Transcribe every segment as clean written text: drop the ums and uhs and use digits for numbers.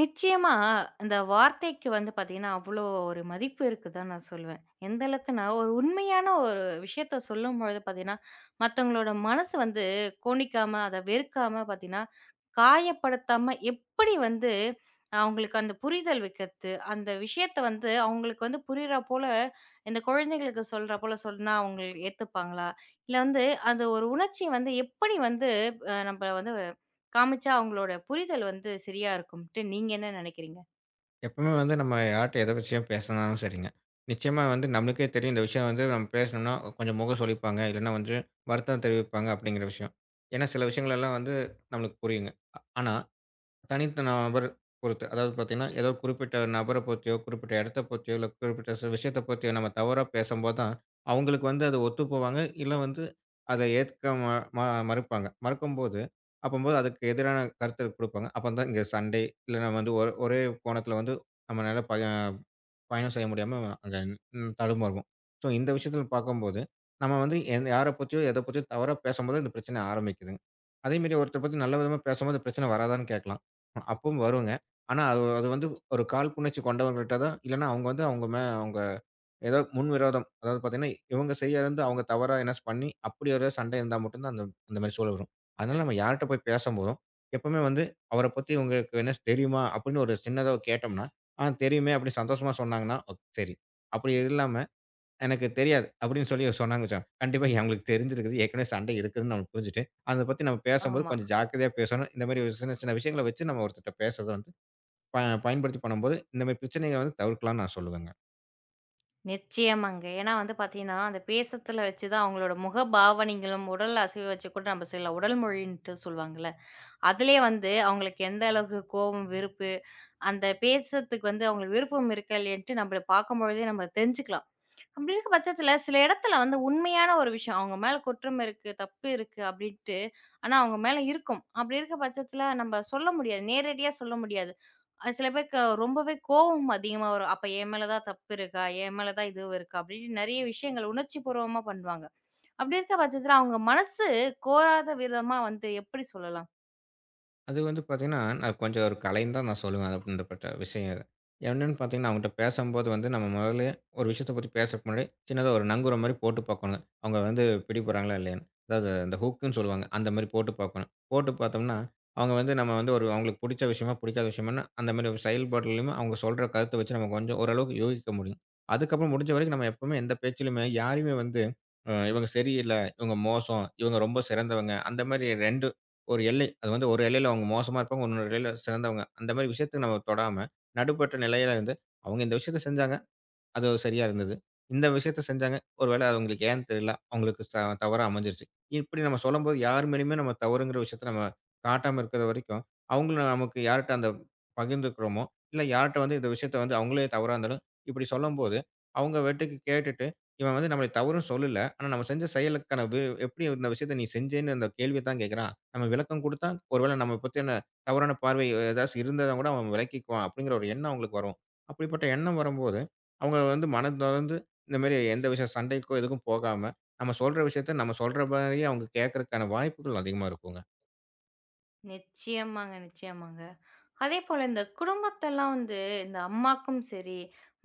நிச்சயமா, இந்த வார்த்தைக்கு வந்து பார்த்தீங்கன்னா, அவ்ளோ ஒரு மதிப்பு இருக்குதான் நான் சொல்லுவேன். எந்த அளவுக்குன்னா, ஒரு உண்மையான ஒரு விஷயத்த சொல்லும்பொழுது பார்த்தீங்கன்னா, மத்தவங்களோட மனசு வந்து கோணிக்காம, அத வெறுக்காம பார்த்தீங்கன்னா, காயப்படுத்தாம எப்படி வந்து அவங்களுக்கு அந்த புரிதல் வைக்கிறது, அந்த விஷயத்த வந்து அவங்களுக்கு வந்து புரியிறா போல, இந்த குழந்தைகளுக்கு சொல்றா போல சொன்னா அவங்களுக்கு ஏத்துப்பாங்களா? இல்ல வந்து அந்த ஒரு உணர்ச்சிய வந்து எப்படி வந்து நம்ப வந்து காமிச்சா அவங்களோட புரிதல் வந்து சரியா இருக்கும்ட்டு நீங்க என்ன நினைக்கிறீங்க? எப்பவுமே வந்து நம்ம யார்ட்ட எத விஷயம் பேசினாலும் சரிங்க. நிச்சயமா வந்து நம்மளுக்கே தெரியும் இந்த விஷயம் வந்து நம்ம பேசினோம்னா கொஞ்சம் முகம் சுளிப்பாங்க. இல்லைன்னா வந்து வருத்தம் தெரிவிப்பாங்க அப்படிங்கிற விஷயம். ஏன்னா சில விஷயங்கள் எல்லாம் வந்து நம்மளுக்கு புரியுங்க. ஆனா தனித்த நபர் பொறுத்து. அதாவது பார்த்தீங்கன்னா, ஏதோ குறிப்பிட்ட நபர பொறுத்தியோ, குறிப்பிட்ட இடத்த பொறுத்தியோ, இல்ல குறிப்பிட்ட விஷயத்த பத்தியோ நம்ம தவறா பேசம்போது தான், அவங்களுக்கு வந்து அது ஒத்து போவாங்க. இல்ல வந்து அத ஏத்துக்க ம ம மறுப்பாங்க. மறுக்கும்போது, அப்பம்போது அதுக்கு எதிரான கருத்து குடுப்பாங்க. அப்ப தான் இங்க சண்டை, இல்லன்னா வந்து ஒரே கோணத்துல வந்து நம்மனால பயணம் செய்ய முடியாம அங்க தடுமாறுவோம். ஸோ இந்த விஷயத்துல பார்க்கும்போது, நம்ம வந்து எந்த யார பத்தியோ, எத பத்தியோ தவறா பேசும்போது இந்த பிரச்சனை ஆரம்பிக்குதுங்க. அதேமாரி ஒருத்தர பத்தி நல்ல விதமா பேசும்போது பிரச்சனை வராதான்னு கேட்கலாம். அப்பவும் வருங்க. ஆனா அது அது வந்து ஒரு காழ்ப்புணர்ச்சி கொண்டவங்கள்ட்ட தான், இல்லன்னா அவங்க வந்து அவங்க அவங்க ஏதோ முன்விரோதம். அதாவது பார்த்தீங்கன்னா, இவங்க செய்யலருந்து அவங்க தவறா என்னாச்சு பண்ணி, அப்படி ஒரு சண்டை இருந்தா மட்டும் தான் அந்த அந்த மாரி சூழல் வரும். அதனால நம்ம யார்ட்ட போய் பேசம்போதும், எப்பவுமே வந்து அவர பத்தி உங்களுக்கு என்னாச்சு தெரியுமா அப்படின்னு ஒரு சின்னதா கேட்டோம்னா, ஆ தெரியுமே அப்படி சந்தோஷமா சொன்னாங்கன்னா, ஓ சரி. அப்படி இல்லாம எனக்கு தெரியாது அப்படின்னு சொல்லி சொன்னாங்கன்னு வச்சுக்கோங்க. கண்டிப்பா அவங்களுக்கு தெரிஞ்சிருக்குது. ஏற்கனவே சண்டை இருக்குதுன்னு நம்ம புரிஞ்சுட்டு, அத பத்தி நம்ம பேசம்போது ஆமா. கொஞ்சம் ஜாக்கிரதையா பேசணும். இந்த மாரி ஒரு சின்ன சின்ன விஷயங்கள வச்சு நம்ம ஒருத்தர்ட்ட பேசுறத வந்து ப பயன்படுத்தி பண்ணும்போது, இந்த மாரி பிரச்சனைகள வந்து தவிர்க்கலாம்னு நான் சொல்லுவேங்க. நிச்சயமாங்க. ஏன்னா வந்து பார்த்தீங்கன்னா, அந்த பேசத்துல வச்சு தான் அவங்களோட முக பாவனைகளும், உடல் அசைவு வச்சு கூட நம்ம சொல்லலாம். உடல் மொழின்ட்டு சொல்லுவாங்கல்ல. அதிலயே வந்து அவங்களுக்கு எந்த அளவுக்கு கோவம், வெறுப்பு, அந்த பேசுறதுக்கு வந்து அவங்களுக்கு விருப்பம் இருக்கா இல்லையான்ட்டு நம்மள பார்க்கும்பொழுதே நம்ம தெரிஞ்சுக்கலாம். அப்படி இருக்க பட்சத்துல, சில இடத்துல வந்து உண்மையான ஒரு விஷயம். அவங்க மேல குற்றம் இருக்கு, தப்பு இருக்கு அப்படின்ட்டு. ஆனா, அவங்க மேல இருக்கும். அப்படி இருக்க பட்சத்துல நம்ப சொல்ல முடியாது. நேரடியா சொல்ல முடியாது. சில பேருக்கு ரொம்பவே கோவம் அதிகமா வரும். அப்ப என் மேல தான் தப்பு இருக்கா? என் மேல தான் இதுவும் இருக்கா? அப்படின்னு நெறைய விஷயங்கள் உணர்ச்சிபூர்வமா பண்ணுவாங்க. அப்படி இருக்க பட்சத்துல அவங்க மனசு கோராத விதமா வந்து எப்படி சொல்லலாம்? அது வந்து பார்த்தீங்கன்னா, நான் கொஞ்சம் ஒரு கலைன்னு தான் நான் சொல்லுவேன். அது அப்படின்றப்பட்ட விஷயம் அது. என்னன்னு பார்த்தீங்கன்னா, அவங்கட்ட பேசம்போது வந்து நம்ம முதல்ல ஒரு விஷயத்த பத்தி பேசறதுக்கு முன்னாடி, சின்னதா ஒரு நங்கூரம் மாரி போட்டு பார்க்கணும். அவங்க வந்து பிடிபடுறாங்களா இல்லையான்னு. அதாவது அந்த ஹூக்குன்னு சொல்லுவாங்க. அந்த மாரி போட்டு பார்க்கணும். போட்டு பார்த்தோம்னா, அவங்க வந்து நம்ம வந்து ஒரு அவங்களுக்கு பிடிச்ச விஷயமா, பிடிக்காத விஷயமான்னு அந்த மாரி ஒரு செயல்பாடுலயும் அவங்க சொல்ற கருத்த வச்சு நம்ம கொஞ்சம் ஓரளவுக்கு யூகிக்க முடியும். அதுக்கப்புறம் முடிஞ்ச வரைக்கும் நம்ம எப்பவுமே எந்த பேச்சிலுமே யாரையுமே வந்து, இவங்க சரியில்ல, இவங்க மோசம், இவங்க ரொம்ப சிறந்தவங்க, அந்த மாரி 2 ஒரு எல்லை. அது வந்து ஒரு எல்லையில அவங்க மோசமா இருப்பாங்க. இன்னொரு எல்லையில சிறந்தவங்க. அந்த மாரி விஷயத்துக்கு நம்ம தொடாம, நடுப்பட்ட நிலையில இருந்து, அவங்க இந்த விஷயத்த செஞ்சாங்க. அது சரியா இருந்தது. இந்த விஷயத்த செஞ்சாங்க. ஒரு வேள அது அவங்களுக்கு ஏன்னு தெரியல. அவங்களுக்கு தவறா அமைஞ்சிருச்சு. இப்படி நம்ம சொல்லும்போது யார் மேலயுமே நம்ம தவறுங்கிற விஷயத்த நம்ம காட்டாம இருக்கிற வரைக்கும், அவங்களும் நமக்கு யார்ட்ட அந்த பகிர்ந்துக்கிறோமோ, இல்ல யார்ட்ட வந்து இந்த விஷயத்த வந்து அவங்களே தவறா இருந்தாலும், இப்படி சொல்லும்போது, அவங்க பாட்டுக்கு கேட்டுட்டு, இவன் வந்து நம்மள தவறுன்னு சொல்லல. ஆனா நம்ம செஞ்ச செயலுக்கான எப்படி இந்த விஷயத்த நீ செஞ்சேன்னு அந்த கேள்விய தான் கேட்கிறான். நம்ம விளக்கம் குடுத்தா, ஒரு வேள நம்ம பத்தின தவறான பார்வை ஏதாச்சும் இருந்தத கூட அவன் விளக்கிக்குவான் அப்படிங்கிற ஒரு எண்ணம் அவங்களுக்கு வரும். அப்படிப்பட்ட எண்ணம் வரும்போது அவங்க வந்து மனம் தொறந்து இந்த மாரி எந்த விஷயம் சண்டைக்கோ, எதுக்கும் போகாம, நம்ம சொல்ற விஷயத்த நம்ம சொல்ற மாரியே அவங்க கேட்கறக்கான வாய்ப்புகள் அதிகமா இருக்குங்க. நிச்சயமாங்க, நிச்சயமாங்க. அதேபோல இந்த குடும்பத்தெல்லாம் வந்து இந்த அம்மாக்கும் சரி,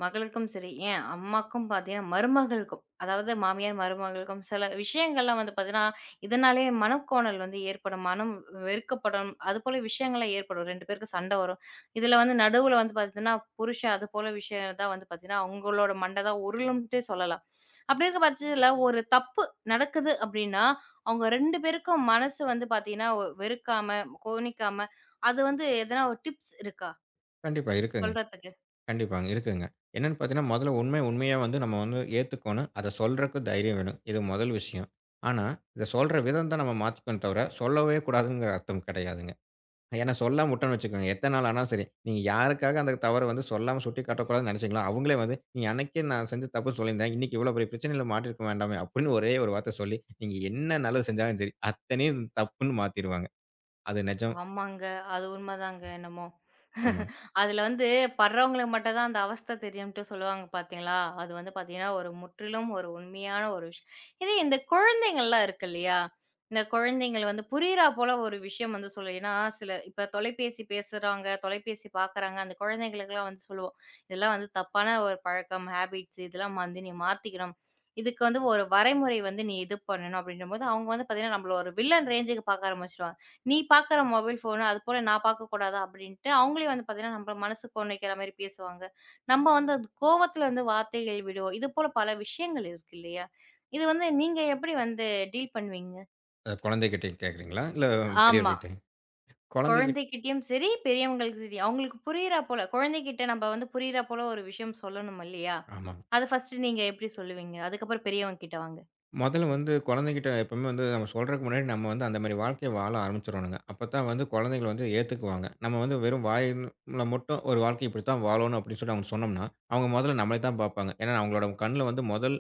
மகளுக்கும் சரி, ஏன் அம்மாக்கும் பார்த்தீங்கன்னா, மருமகளுக்கும் அதாவது மாமியார் மருமகளுக்கும் சில விஷயங்கள்லாம் வந்து பார்த்தீங்கன்னா, இதனாலேயே மனக்கோணல் வந்து ஏற்படும். மனம் வெறுக்கப்படும். அதுபோல விஷயங்கள்லாம் ஏற்படும். 2 பேருக்கும் சண்டை வரும். இதில வந்து நடுவுல வந்து பார்த்தீங்கன்னா, புருஷன் அதுபோல விஷயம் தான் வந்து பார்த்தீங்கன்னா, அவங்களோட மண்டை தான் உருளும்ன்ட்டே சொல்லலாம். அப்படி இருக்க பட்சத்தில ஒரு தப்பு நடக்குது அப்படின்னா, அவங்க 2 பேருக்கும் மனசு வந்து பார்த்தீங்கன்னா, வெறுக்காம, கோணிக்காம அது வந்து எதனா ஒரு டிப்ஸ் இருக்கா? கண்டிப்பா இருக்குங்க. சொல்றதுக்கு? கண்டிப்பாங்க இருக்குங்க. என்னன்னு பார்த்தீங்கன்னா, முதல்ல உண்மை உண்மையா வந்து நம்ம வந்து ஏத்துக்கோணும். அத சொல்றக்கு தைரியம் வேணும். இது முதல் விஷயம். ஆனா, இத சொல்ற விதம் தான் நம்ம மாத்திக்கணும் தவிர, சொல்லவே கூடாதுங்கிற அர்த்தம் கிடையாதுங்க. ஏன்னா சொல்லாம விட்டோம்னு வச்சுக்கோங்க, எத்தன நாள் ஆனாலும் சரி. நீங்க யாருக்காக அந்த தவற வந்து சொல்லாம சுட்டிக்காட்டக்கூடாதுன்னு நெனச்சீங்களோ, அவங்களே வந்து, "நீ அன்னைக்கே நான் செஞ்ச தப்பு சொல்லியிருந்தேன். இன்னைக்கு இவ்வளோ பெரிய பிரச்சனையில மாட்டியிருக்க வேண்டாமே!" அப்படின்னு ஒரே ஒரு வார்த்த சொல்லி, நீங்க என்ன நல்லது செஞ்சாலும் சரி, அத்தனையும் தப்புன்னு மாத்திருவாங்க. அது நெஜம். ஆமாங்க. அது உண்மதாங்க என்னமோ. ஆமா. அதுல வந்து படுறவங்களுக்கு மட்டும் தான் அந்த அவஸ்தை தெரியும்ட்டு சொல்லுவாங்க பார்த்தீங்களா? அது வந்து பார்த்தீங்கன்னா, ஒரு முற்றிலும் ஒரு உண்மையான ஒரு விஷயம். இதே இந்த குழந்தைங்கள்லாம் இருக்கு இல்லையா? இந்த குழந்தைங்கள் வந்து புரியிறா போல ஒரு விஷயம் வந்து சொல்லு ஏன்னா, சில இப்ப தொலைபேசி பேசுறாங்க, தொலைபேசி பார்க்குறாங்க. அந்த குழந்தைங்களுக்கெல்லாம் வந்து சொல்லுவோம். இதெல்லாம் வந்து தப்பான ஒரு பழக்கம், ஹேபிட்ஸ் இதெல்லாம் வந்து நீ மாத்திக்கணும். இதுக்கு வந்து ஒரு வரைமுறை வந்து நீ இது பண்ணணும் அப்படின்னும்போது, அவங்க வந்து பார்த்தீங்கன்னா, நம்மள ஒரு வில்லன் ரேஞ்சுக்கு பார்க்க ஆரம்பிச்சுருவாங்க. நீ பார்க்குற மொபைல் ஃபோனு, அதுபோல நான் பார்க்கக்கூடாதா? அப்படின்ட்டு அவங்களே வந்து பார்த்தீங்கன்னா, நம்ம மனசுக்கு கொள்ளைக்கிற மாரி பேசுவாங்க. நம்ம வந்து அது கோவத்தில வந்து வார்த்தைகள் விடுவோம். இது போல பல விஷயங்கள் இருக்கு இல்லையா? இது வந்து நீங்க எப்படி வந்து டீல் பண்ணுவீங்க? குழந்தைகிட்ட கேட்கிறீங்களா? இல்ல ஆமா. பெரியவர்கிட்ட? குழந்தைகிட் குழந்தைகிட்டயும் சரி, பெரியவங்களுக்கு சரி. அவங்களுக்கு புரியிறா போல குழந்தைகிட்ட நம்ம வந்து புரியிறா போல ஒரு விஷயம் சொல்லணும் இல்லையா? ஆமா. அது ஃபர்ஸ்ட்டு நீங்க எப்படி சொல்லுவீங்க? அதுக்கப்புறம் பெரியவங்க கிட்ட வாங்க. மொதல்ல வந்து குழந்தைகிட்ட எப்பவுமே வந்து நம்ம சொல்றதுக்கு முன்னாடி நம்ம வந்து அந்த மாரி வாழ்க்கைய வாழ ஆரம்பிச்சுரணுங்க. அப்பத்தான் வந்து குழந்தைகள் வந்து ஏத்துக்குவாங்க. நம்ம வந்து வெறும் வாயில மட்டும் ஒரு வாழ்க்கை இப்படித்தான் வாழணும் அப்படின்னு சொல்லி அவங்க சொன்னோம்னா, அவங்க மொதல்ல நம்மள தான் பார்ப்பாங்க. ஏன்னா அவங்களோட கண்ல வந்து முதல்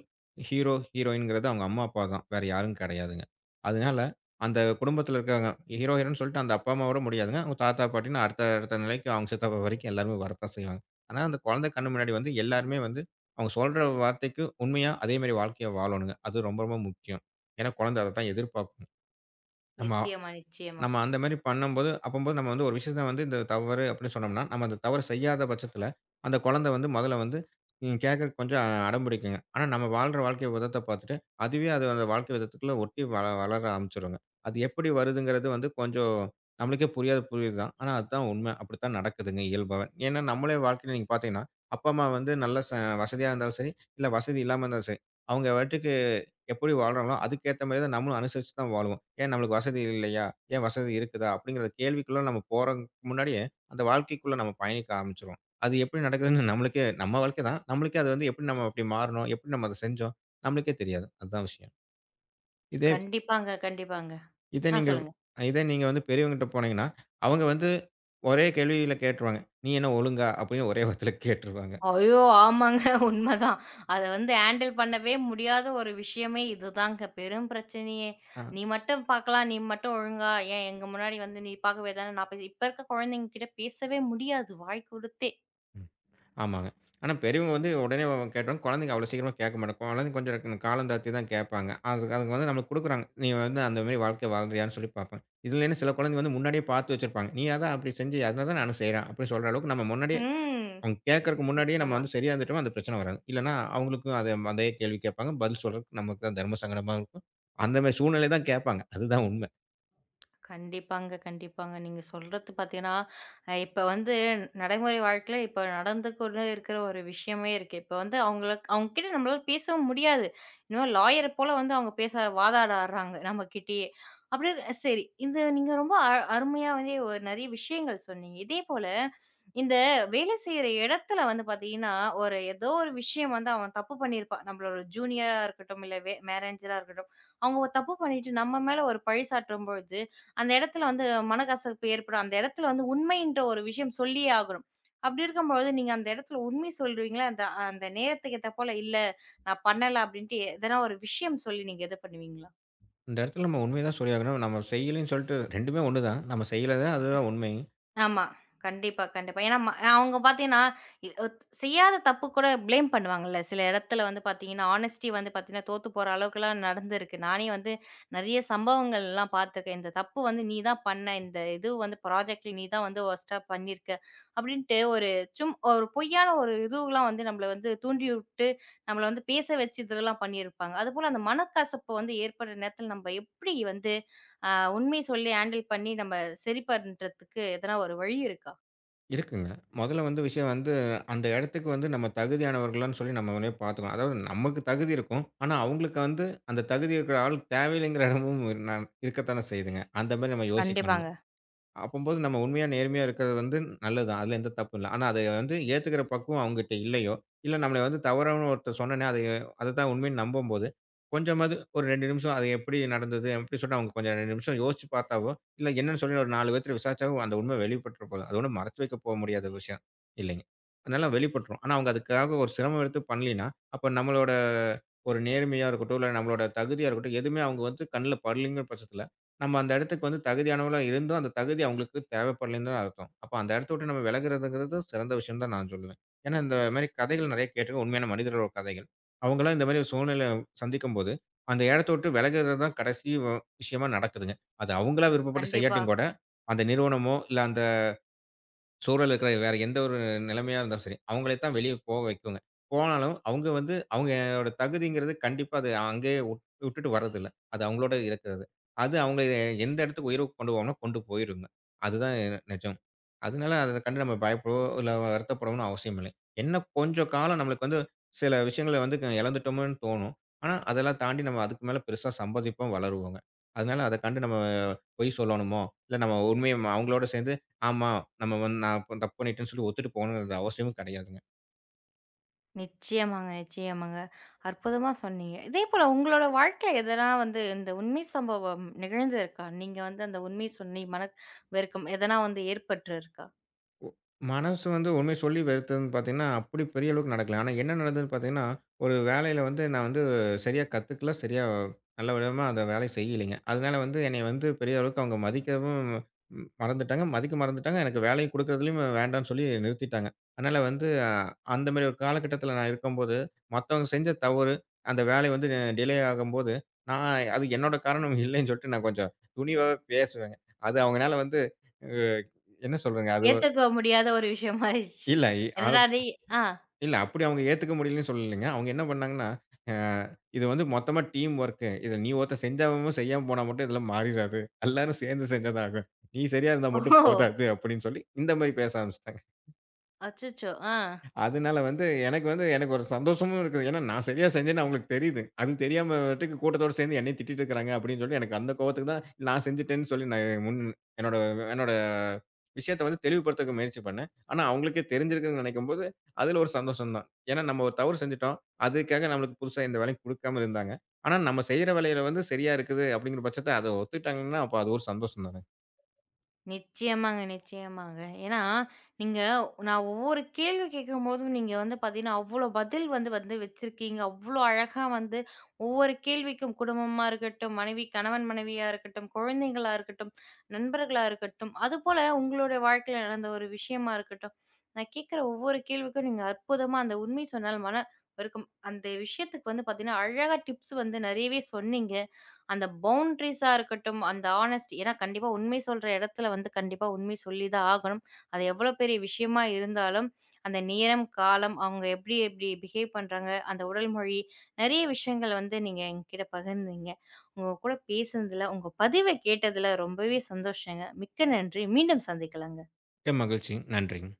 ஹீரோ, ஹீரோயின்ங்கிறது அவங்க அம்மா, அப்பா தான். வேற யாரும் கிடையாதுங்க. அதனால அந்த குடும்பத்தில இருக்கிறவங்க ஹீரோ, ஹீரோன்னு சொல்லிட்டு அந்த அப்பா, அம்மாவோட முடியாதுங்க. அவங்க தாத்தா, பாட்டின்னு அடுத்த அடுத்த நிலைக்கு அவங்க சித்தப்பா வரைக்கும் எல்லாருமே வரத்தான் செய்வாங்க. ஆனா அந்த குழந்தை கண்ணு முன்னாடி வந்து எல்லாருமே வந்து அவங்க சொல்ற வார்த்தைக்கு உண்மையா அதே மாரி வாழ்க்கைய வாழணுங்க. அது ரொம்ப ரொம்ப முக்கியம். ஏன்னா குழந்தை அதத்தான் எதிர்பார்க்கும். நம்ம நிச்சயமா, நிச்சயமா. நம்ம அந்த மாரி பண்ணும்போது, அப்பம்போது நம்ம வந்து ஒரு விஷயத்த வந்து இந்த தவறு அப்படின்னு சொன்னோம்னா, நம்ம அந்த தவறு செய்யாத பட்சத்தில, அந்த குழந்தை வந்து முதல்ல வந்து கேட்கறக்கு கொஞ்சம் அடம் பிடிக்குங்க. ஆனா நம்ம வாழ்ற வாழ்க்கை விதத்த பார்த்துட்டு, அதுவே அது அந்த வாழ்க்கை விதத்துக்குள்ள ஒட்டி வளர ஆரம்பிச்சுருங்க. அது எப்படி வருதுங்கிறது வந்து கொஞ்சம் நம்மளுக்கே புரியாத புரியுது தான். ஆனா அதுதான் உண்மை. அப்படித்தான் நடக்குதுங்க இயல்பாவே. ஏன்னா நம்மளே வாழ்க்கையில நீங்க பார்த்தீங்கன்னா, அப்பா, அம்மா வந்து நல்ல வசதியா இருந்தாலும் சரி, இல்ல வசதி இல்லாம இருந்தாலும் சரி, அவங்க பாட்டுக்கு எப்படி வாழ்றாங்களோ, அதுக்கேத்த மாரி தான் நம்மளும் அனுசரிச்சு தான் வாழுவோம். ஏன் நம்மளுக்கு வசதி இல்லையா? ஏன் வசதி இருக்குதா? அப்படிங்கிற கேள்விக்குள்ள நம்ம போறதுக்கு முன்னாடியே, அந்த வாழ்க்கைக்குள்ள நம்ம பயணிக்க ஆரம்பிச்சுருவோம். அது எப்படி நடக்குதுன்னு நம்மளுக்கே நம்ம வாழ்க்கை தான். நம்மளுக்கே அது வந்து எப்படி நம்ம அப்படி மாறுனோம்? எப்படி நம்ம அத செஞ்சோம்? நம்மளுக்கே தெரியாது. அதுதான் விஷயம். இதே கண்டிப்பாங்க, கண்டிப்பாங்க. இதே ஆ நீங்க சொல்லுங்க. இதே நீங்க வந்து பெரியவங்ககிட்ட போனீங்கன்னா, அவங்க வந்து ஒரே கேள்வியில கேட்டுருவாங்க. "நீ என்ன ஒழுங்கா?" அப்படின்னு ஒரே வார்த்தையில கேட்டுருவாங்க. ஐயோ! ஆமாங்க. உண்மதான். அத வந்து ஹேண்டில் பண்ணவே முடியாத ஒரு விஷயமே இதுதாங்க. பெரும் பிரச்சனையே. "நீ மட்டும் பார்க்கலாம். நீ மட்டும் ஒழுங்கா ஏன் எங்க முன்னாடி வந்து நீ பார்க்கவே தானே நான் பேசி" இப்ப இருக்க குழந்தைங்க கிட்ட பேசவே முடியாது வாய் குடுத்தே. அ. ஆமாங்க. ஆனா பெரியவங்க வந்து உடனே கேட்டோனே குழந்தைங்க அவ்வளோ சீக்கிரமா கேட்க மாட்டாங்க. குழந்தைங்க கொஞ்சம் இருக்கு, காலம் தாழ்த்தி தான் கேட்பாங்க. அதுக்கு அதுக்கு வந்து நம்மளுக்கு குடுக்குறாங்க. நீ வந்து அந்த மாரி வாழ்க்கை வாழ்றியான்னு சொல்லி பார்ப்பாங்க. இதுலன்னு சில குழந்தைங்க வந்து முன்னாடியே பார்த்து வச்சிருப்பாங்க. நீ அதான் அப்படி செஞ்சு அதனால தான் நானும் செய்றேன். அப்படின்னு சொல்ற அளவுக்கு நம்ம முன்னாடியே ம். அவங்க கேட்கறக்கு முன்னாடியே நம்ம நிச்சயமா. வந்து சரியா இருந்துட்டோம்னா அந்த பிரச்சனை வராது. இல்லன்னா அவங்களுக்கும் அதே அதே கேள்வி கேட்பாங்க. பதில் சொல்றதுக்கு நமக்கு தான் தர்ம சங்கடமா இருக்கும். அந்த மாரி சூழ்நிலை தான் கேட்பாங்க. அதுதான் உண்மை. கண்டிப்பாங்க, கண்டிப்பாங்க. நீங்க சொல்றது பார்த்தீங்கன்னா, இப்ப வந்து நடைமுறை வாழ்க்கையில இப்ப நடந்து கொண்டு இருக்கிற ஒரு விஷயமே இருக்கு. இப்ப வந்து அவங்கள அவங்க கிட்ட நம்மளால பேசவும் முடியாது. இன்னும் லாயர் போல வந்து அவங்க பேச வாதாட ஆடுறாங்க நம்மகிட்டயே. அப்படி இருக்க- சரி, இது நீங்க ரொம்ப அருமையா வந்து ஒரு நெறைய விஷயங்கள் சொன்னீங்க. இதே போல இந்த வேலை செய்ற இடத்துல வந்து பார்த்தீங்கன்னா, ஒரு ஏதோ ஒரு விஷயம் வந்து அவன் தப்பு பண்ணியிருப்பான். நம்மளோட ஜூனியரா இருக்கட்டும், இல்ல மேனேஜரா இருக்கட்டும். அவங்க தப்பு பண்ணிட்டு நம்ம மேல ஒரு பழி சாட்டும்பொழுது அந்த இடத்துல வந்து மனக்கசப்பு ஏற்படும். அந்த இடத்துல வந்து உண்மைன்ற ஒரு விஷயம் சொல்லியே ஆகணும். அப்படி இருக்கும்போது, நீங்க அந்த இடத்துல உண்மை சொல்றீங்களா? அந்த அந்த நேரத்துக்கு ஏத்தா போல, "இல்ல நான் பண்ணல" அப்படின்ட்டு எதனா ஒரு விஷயம் சொல்லி நீங்க இது பண்ணுவீங்களா? இந்த இடத்துல நம்ம உண்மைய தான் சொல்லியாகணும். நம்ம செய்யலைன்னு சொல்லிட்டு 2மே ஒண்ணு தான். நம்ம செய்யல தான் அதுதான் உண்மை. ஆமா. கண்டிப்பா, கண்டிப்பா. ஏன்னா அவங்க பார்த்தீங்கன்னா, இ ஒத் செய்யாத தப்பு கூட ப்ளேம் பண்ணுவாங்கல்ல. சில இடத்துல வந்து பார்த்தீங்கன்னா, ஹானஸ்டி வந்து பார்த்தீங்கன்னா, தோத்து போற அளவுக்குலாம் நடந்திருக்கு. நானே வந்து நெறைய சம்பவங்கள்லாம் பார்த்துருக்கேன். இந்த தப்பு வந்து நீ தான் பண்ண. இந்த இது வந்து ப்ராஜெக்ட்ல நீ தான் வந்து வொர்ஸ்ட்டா பண்ணியிருக்க. அப்படின்ட்டு ஒரு ஒரு பொய்யான ஒரு இதுவெல்லாம் வந்து நம்மள வந்து தூண்டிவிட்டு, நம்மள வந்து பேச வச்சு இதெல்லாம் பண்ணியிருப்பாங்க. அதுபோல அந்த மனக்கசப்பு வந்து ஏற்படுற நேரத்தில நம்ம எப்படி வந்து அ உண்மைய சொல்லி ஹேண்டில் பண்ணி நம்ம சரி பண்றதுக்கு எதனா ஒரு வழி இருக்கா? இருக்குங்க. மொதல்ல வந்து விஷயம் வந்து, அந்த இடத்துக்கு வந்து நம்ம தகுதியானவர்களான்னு சொல்லி நம்ம முன்னயே பார்த்துக்கணும். அதாவது நமக்கு தகுதி இருக்கும். ஆனா, அவங்களுக்கு வந்து அந்த தகுதி இருக்கிற ஆள் தேவையில்லைங்கிற இடமும் ந இருக்கத்தானே செய்யுதுங்க. அந்த மாரி நம்ம யோசிக்கணும். கண்டிப்பாங்க. அப்பம்போது நம்ம உண்மையா, நேர்மையா இருக்கிறது வந்து நல்லது தான். அதுல எந்த தப்பும் இல்ல. ஆனா, அத வந்து ஏத்துக்கிற பக்குவம் அவங்ககிட்ட இல்லையோ, இல்ல நம்மள வந்து தவறான ஒருத்தர் சொன்னோனே, அதை அததான் உண்மைன்னு நம்பும்போது, கொஞ்சமாவது ஒரு 2 நிமிஷம் அது எப்படி நடந்தது? எப்படி சொன்னா அவங்க கொஞ்சம் 2 நிமிஷம் யோசிச்சு பார்த்தாவோ, இல்ல என்னன்னு சொல்லி ஒரு 4 பேத்துல விசாரிச்சாவோ அந்த உண்மை வெளிப்பட்டுற போது. அது ஒண்ணும் மறைச்சு வைக்க முடியாத விஷயம் இல்லைங்க. அதனால வெளிப்பட்டுரும். ஆனா, அவங்க அதுக்காக ஒரு சிரமம் எடுத்து பண்ணலின்னா, அப்ப நம்மளோட ஒரு நேர்மையா இருக்கட்டும், இல்ல நம்மளோட தகுதியா இருக்கட்டும், எதுவுமே அவங்க வந்து கண்ல படலைங்கிற பட்சத்துல நம்ம அந்த இடத்துக்கு வந்து தகுதியானவங்களா இருந்தும், அந்த தகுதி அவங்களுக்கு தேவைப்படலைன்னு தான் அர்த்தம். அப்ப அந்த இடத்த விட்டு நம்ம விலகுறதுங்கிறது சிறந்த விஷயம் தான் நான் சொல்லுவேன். ஏன்னா, இந்த மாரி கதைகள் நெறைய கேட்டுருக்கேன். உண்மையான மனிதர்களோட கதைகள். அவங்கலாம் இந்த மாரி ஒரு சூழ்நிலை சந்திக்கும்போது, அந்த இடத்த விட்டு விலகுறது தான் கடைசி விஷயமா நடக்குதுங்க. அது அவங்களா விருப்பப்பட்டு கண்டிப்பா. செய்யாட்டியும் கூட, அந்த நிறுவனமோ, இல்ல அந்த சூழல் இருக்கிற வேற எந்த ஒரு நிலைமையா இருந்தாலும் சரி, அவங்கள தான் வெளிய போக வைக்குங்க. போனாலும் அவங்க வந்து அவங்களோட தகுதிங்கிறது கண்டிப்பா அது அங்கேயே விட்டுட்டு வர்றதில்ல. அது அவங்களோட இருக்கிறது. அது அவங்க எந்த இடத்துக்கு உயர்வுக்கு கொண்டு போகணுமோ கொண்டு போயிருங்க. அதுதான் நிஜம். அதனால அத கண்டு நம்ம பயப்படவோ, இல்ல வருத்தப்படணும்னு அவசியம் இல்லை. என்ன கொஞ்சம் காலம் நம்மளுக்கு வந்து சில விஷயங்கள வந்து இழந்துட்டோமோன்னு தோணும். ஆனா, அதெல்லாம் தாண்டி நம்ம அதுக்கு மேல பெருசா சம்பாதிப்போம், வளருவோங்க. அதனால அத கண்டு நம்ம பொய் சொல்லணுமோ, இல்ல நம்ம உண்மைய அவங்களோட சேர்ந்து ஆமா. நம்ம வந்து நான் இப்ப தப்பு பண்ணிட்டேன்னு சொல்லி ஒத்துட்டு போகணும்ங்கிற அவசியமும் கிடையாதுங்க. நிச்சயமாங்க, நிச்சயமாங்க. அற்புதமா சொன்னீங்க. இதே போல உங்களோட வாழ்க்கையில எதனா வந்து இந்த உண்மை சம்பவம் நிகழ்ந்திருக்கா? நீங்க வந்து அந்த உண்மைய சொன்னி மன வெறுக்கம் எதனா வந்து ஏற்பட்டிருக்கா? ஒ மனசு வந்து உண்மைய சொல்லி வெறுத்ததுன்னு பார்த்தீங்கன்னா, அப்படி பெரிய அளவுக்கு நடக்கல. ஆனா என்ன நடந்ததுன்னு பார்த்தீங்கன்னா, ஒரு வேலையில வந்து நான் வந்து சரியா கத்துக்கல. சரியா நல்ல விதமா அந்த வேலைய செய்யலைங்க. அதனால வந்து என்னைய வந்து பெரிய அளவுக்கு அவங்க மதிக்கவும் மறந்துட்டாங்க. மதிக்க மறந்துட்டாங்க. எனக்கு வேலைய குடுக்குறதுலயும் வேண்டான்னு சொல்லி நிறுத்திட்டாங்க. அதனால வந்து அந்த மாரி ஒரு காலகட்டத்தில நான் இருக்கும்போது, மத்தவங்க செஞ்ச தவறு, அந்த வேலை வந்து டிலே ஆகும்போது, நான் அது என்னோட காரணம் இல்லைன்னு சொல்லிட்டு நான் கொஞ்சம் துணிவாவே பேசுவேங்க. அது அவங்கனால வந்து அ என்ன சொல்றதுங்க? அது ஏத்துக்க முடியாத ஒரு விஷயமா ஆயிருச்சு. இல்ல. அ என்னடா இது ஆ. இல்ல அப்படி அவங்க ஏத்துக்க முடியலன்னு சொல்லலைங்க. அவங்க என்ன பண்ணாங்கன்னா, அ இது வந்து மொத்தமா டீம் ஒர்க்கு. இத நீ ஒருத்தன் செஞ்சாவும் செய்யாம போனா மட்டும் இதெல்லாம் மாறிறாது. எல்லாரும் சேர்ந்து செஞ்சா தான் ஆகும். நீ சரியா இருந்தா மட்டும் ஓ! போதாது அப்படின்னு சொல்லி, இந்த மாரி பேச ஆரம்பிச்சுட்டாங்க. அச்சச்சோ! ஆ. அதனால வந்து எனக்கு வந்து எனக்கு ஒரு சந்தோஷமும் இருக்குது. ஏன்னா, நான் சரியா செஞ்சேன்னு அவங்களுக்கு தெரியுது. அது தெரியாம பாட்டுக்கு கூட்டத்தோட சேர்ந்து என்னையும் திட்டிட்டு இருக்கிறாங்க அப்படின்னு சொல்லி எனக்கு அந்த கோவத்துக்கு தான் நான் செஞ்சுட்டேன்னு சொல்லி நான் என்னோட என்னோட விஷயத்த வந்து தெளிவுபடுத்தக்க முயற்சி பண்ணேன். ஆனா, அவங்களுக்கே தெரிஞ்சிருக்குன்னு நினைக்கும்போது, அதில ஒரு சந்தோஷம் தான். ஏன்னா, நம்ம ஒரு தவறு செஞ்சுட்டோம். அதுக்காக நம்மளுக்கு புதுசா எந்த வேலையும் குடுக்காம இருந்தாங்க. ஆனா, நம்ம செய்ற வேலையில வந்து சரியா இருக்குது அப்படிங்கிற பட்சத்த அத ஒத்துக்கிட்டாங்கன்னா, அப்ப அது ஒரு சந்தோஷம் தானே. நிச்சயமாங்க, நிச்சயமாங்க. ஏன்னா, நீங்க நான் ஒவ்வொரு கேள்வி கேட்கும்போதும் நீங்க வந்து பார்த்தீங்கன்னா, அவ்ளோ பதில் வந்து வந்து வச்சிருக்கீங்க. அவ்ளோ அழகா வந்து ஒவ்வொரு கேள்விக்கும் குடும்பமா இருக்கட்டும், மனைவி கணவன் மனைவியா இருக்கட்டும், குழந்தைங்களா இருக்கட்டும், நண்பர்களா இருக்கட்டும், அதுபோல உங்களுடைய வாழ்க்கையில நடந்த ஒரு விஷயமா இருக்கட்டும். நான் கேட்கிற ஒவ்வொரு கேள்விக்கும் நீங்க அற்புதமா அந்த உண்மை சொன்னால் மன இருக்கும். அந்த விஷயத்துக்கு வந்து பார்த்தீங்கன்னா, அழகா டிப்ஸ் வந்து நிறையவே சொன்னீங்க. அந்த பவுண்ட்ரீஸா இருக்கட்டும், அந்த ஹானஸ்டி ஏன்னா கண்டிப்பா உண்மை சொல்ற இடத்துல வந்து கண்டிப்பா உண்மை சொல்லி தான் ஆகணும். அது எவ்வளோ பெரிய விஷயமா இருந்தாலும், அந்த நேரம், காலம், அவங்க எப்படி எப்படி பிஹேவ் பண்றாங்க, அந்த உடல் மொழி, நெறைய விஷயங்கள் வந்து நீங்க என்கிட்ட பகிர்ந்தீங்க. உங்க கூட பேசுனதுல, உங்க பதிவ கேட்டதுல ரொம்பவே சந்தோஷங்க. மிக்க நன்றி. மீண்டும் சந்திக்கலாங்க. மிக்க மகிழ்ச்சி. நன்றிங்க.